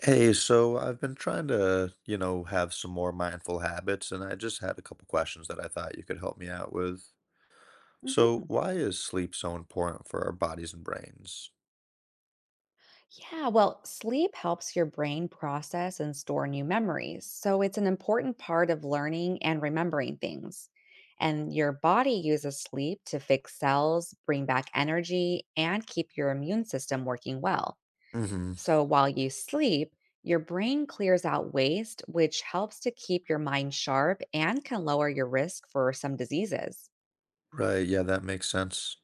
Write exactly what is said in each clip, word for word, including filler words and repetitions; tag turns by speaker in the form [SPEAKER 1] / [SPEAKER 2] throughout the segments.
[SPEAKER 1] Hey, so I've been trying to, you know, have some more mindful habits, and I just had a couple questions that I thought you could help me out with. So,
[SPEAKER 2] Mhm.
[SPEAKER 1] why is sleep so important for our bodies and brains?
[SPEAKER 2] Yeah, well, sleep helps your brain process and store new memories. So it's an important part of learning and remembering things. And your body uses sleep to fix cells, bring back energy, and keep your immune system working well.
[SPEAKER 1] Mm-hmm.
[SPEAKER 2] So while you sleep, your brain clears out waste, which helps to keep your mind sharp and can lower your risk for some diseases.
[SPEAKER 1] Right, yeah, that makes sense.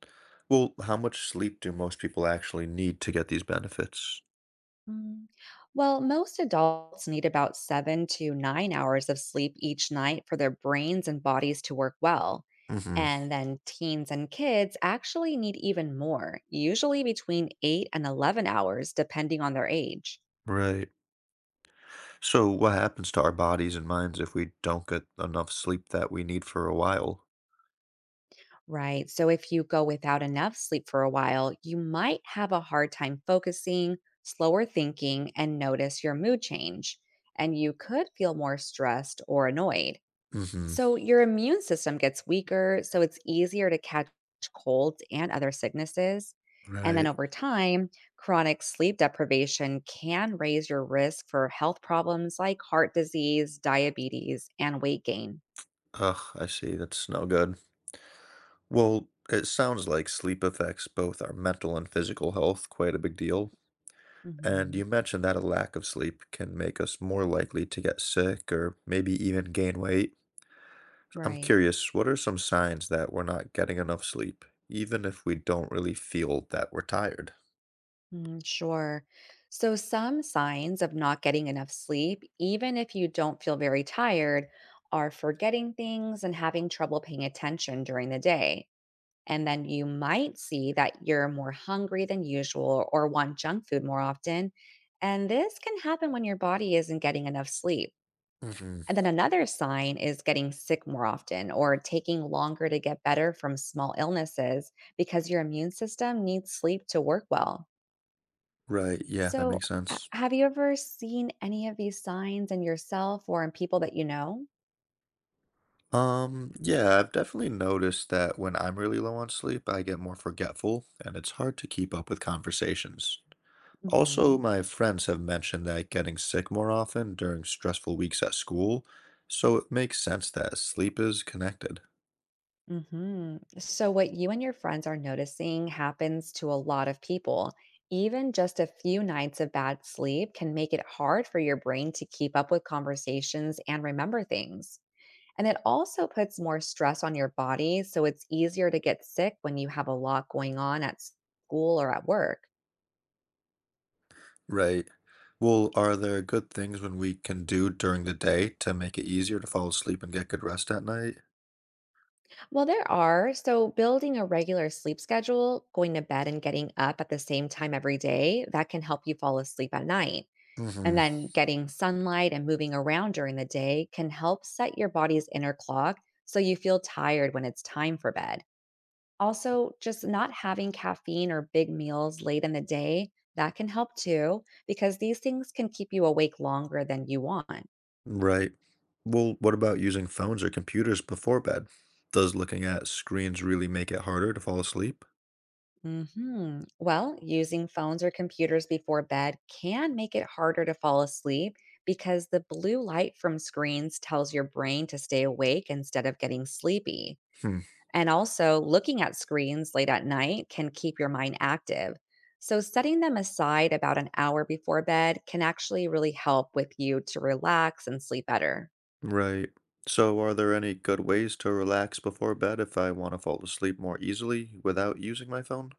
[SPEAKER 1] Well, how much sleep do most people actually need to get these benefits?
[SPEAKER 2] Mm. Well, most adults need about seven to nine hours of sleep each night for their brains and bodies to work well.
[SPEAKER 1] Mm-hmm.
[SPEAKER 2] And then teens and kids actually need even more, usually between eight and eleven hours, depending on their age.
[SPEAKER 1] Right. So, what happens to our bodies and minds if we don't get enough sleep that we need for a while?
[SPEAKER 2] Right. So if you go without enough sleep for a while, you might have a hard time focusing, slower thinking, and notice your mood change. And you could feel more stressed or annoyed.
[SPEAKER 1] Mm-hmm.
[SPEAKER 2] So your immune system gets weaker, so it's easier to catch colds and other sicknesses. And then
[SPEAKER 1] Right.
[SPEAKER 2] over time, chronic sleep deprivation can raise your risk for health problems like heart disease, diabetes, and weight gain.
[SPEAKER 1] Ugh, I see. That's no good. Well, it sounds like sleep affects both our mental and physical health quite a big deal. And
[SPEAKER 2] Hmm.
[SPEAKER 1] you mentioned that a lack of sleep can make us more likely to get sick or maybe even gain weight. I'm
[SPEAKER 2] Right.
[SPEAKER 1] curious, what are some signs that we're not getting enough sleep, even if we don't really feel that we're tired?
[SPEAKER 2] Mm, sure. So, some signs of not getting enough sleep, even if you don't feel very tired, are forgetting things and having trouble paying attention during the day. And then you might see that you're more hungry than usual or want junk food more often. And this can happen when your body isn't getting enough sleep.
[SPEAKER 1] Hmm.
[SPEAKER 2] And then another sign is getting sick more often or taking longer to get better from small illnesses because your immune system needs sleep to work well.
[SPEAKER 1] Right, yeah, that
[SPEAKER 2] So,
[SPEAKER 1] makes
[SPEAKER 2] a-
[SPEAKER 1] sense.
[SPEAKER 2] have you ever seen any of these signs in yourself or in people that you know?
[SPEAKER 1] Um, yeah, I've definitely noticed that when I'm really low on sleep, I get more forgetful and it's hard to keep up with conversations. Also,
[SPEAKER 2] Hmm.
[SPEAKER 1] my friends have mentioned that getting sick more often during stressful weeks at school, so it makes sense that sleep is connected.
[SPEAKER 2] Hmm. So, what you and your friends are noticing happens to a lot of people. Even just a few nights of bad sleep can make it hard for your brain to keep up with conversations and remember things. And it also puts more stress on your body, so it's easier to get sick when you have a lot going on at school or at work.
[SPEAKER 1] Right. Well, are there good things when we can do during the day to make it easier to fall asleep and get good rest at night?
[SPEAKER 2] Well, there are. So, building a regular sleep schedule, going to bed and getting up at the same time every day, that can help you fall asleep at night. And
[SPEAKER 1] Mm-hmm.
[SPEAKER 2] then getting sunlight and moving around during the day can help set your body's inner clock so you feel tired when it's time for bed. Also, just not having caffeine or big meals late in the day, that can help too because these things can keep you awake longer than you want.
[SPEAKER 1] Right. Well, what about using phones or computers before bed? Does looking at screens really make it harder to fall asleep?
[SPEAKER 2] Mhm. Well, using phones or computers before bed can make it harder to fall asleep because the blue light from screens tells your brain to stay awake instead of getting sleepy.
[SPEAKER 1] Hmm.
[SPEAKER 2] And also, looking at screens late at night can keep your mind active. So, setting them aside about an hour before bed can actually really help with you to relax and sleep better.
[SPEAKER 1] Right. So, are there any good ways to relax before bed if I want to fall asleep more easily without using my phone?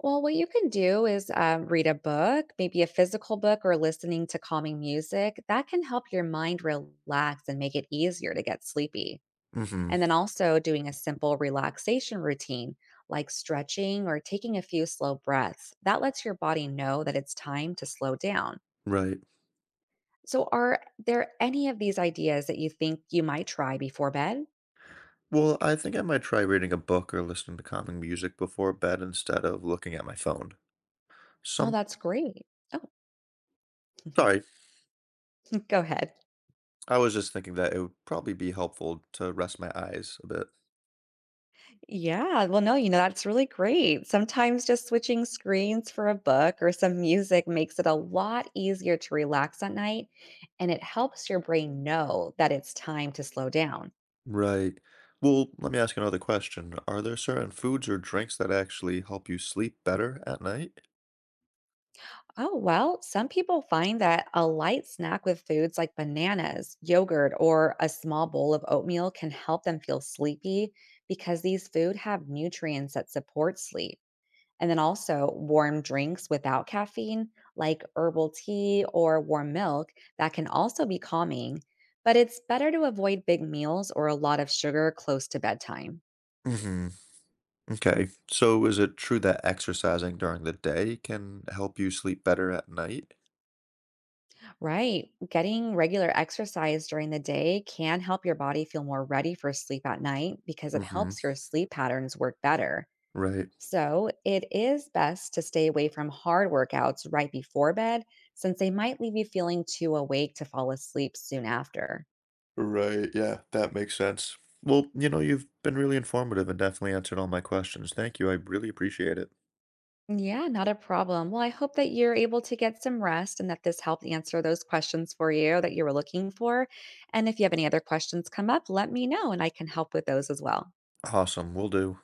[SPEAKER 2] Well, what you can do is um, read a book, maybe a physical book, or listening to calming music. That can help your mind relax and make it easier to get sleepy.
[SPEAKER 1] Mm-hmm.
[SPEAKER 2] And then also doing a simple relaxation routine like stretching or taking a few slow breaths. That lets your body know that it's time to slow down.
[SPEAKER 1] Right.
[SPEAKER 2] So, are there any of these ideas that you think you might try before bed?
[SPEAKER 1] Well, I think I might try reading a book or listening to calming music before bed instead of looking at my phone.
[SPEAKER 2] Oh,
[SPEAKER 1] Some,
[SPEAKER 2] that's great. Oh,
[SPEAKER 1] sorry,
[SPEAKER 2] go ahead.
[SPEAKER 1] I was just thinking that it would probably be helpful to rest my eyes a bit.
[SPEAKER 2] Yeah. Well, no, you know, that's really great. Sometimes just switching screens for a book or some music makes it a lot easier to relax at night, and it helps your brain know that it's time to slow down.
[SPEAKER 1] Right. Well, let me ask another question. Are there certain foods or drinks that actually help you sleep better at night?
[SPEAKER 2] Oh, well, some people find that a light snack with foods like bananas, yogurt, or a small bowl of oatmeal can help them feel sleepy because these food have nutrients that support sleep. And then also warm drinks without caffeine, like herbal tea or warm milk, that can also be calming. But it's better to avoid big meals or a lot of sugar close to bedtime.
[SPEAKER 1] Mm-hmm. Okay. So is it true that exercising during the day can help you sleep better at night?
[SPEAKER 2] Right. Getting regular exercise during the day can help your body feel more ready for sleep at night because it
[SPEAKER 1] Mm-hmm.
[SPEAKER 2] helps your sleep patterns work better.
[SPEAKER 1] Right.
[SPEAKER 2] So, it is best to stay away from hard workouts right before bed since they might leave you feeling too awake to fall asleep soon after.
[SPEAKER 1] Right. Yeah, that makes sense. Well, you know, you've been really informative and definitely answered all my questions. Thank you. I really appreciate it.
[SPEAKER 2] Yeah, not a problem. Well, I hope that you're able to get some rest and that this helped answer those questions for you that you were looking for. And if you have any other questions come up, let me know and I can help with those as well.
[SPEAKER 1] Awesome. Will do.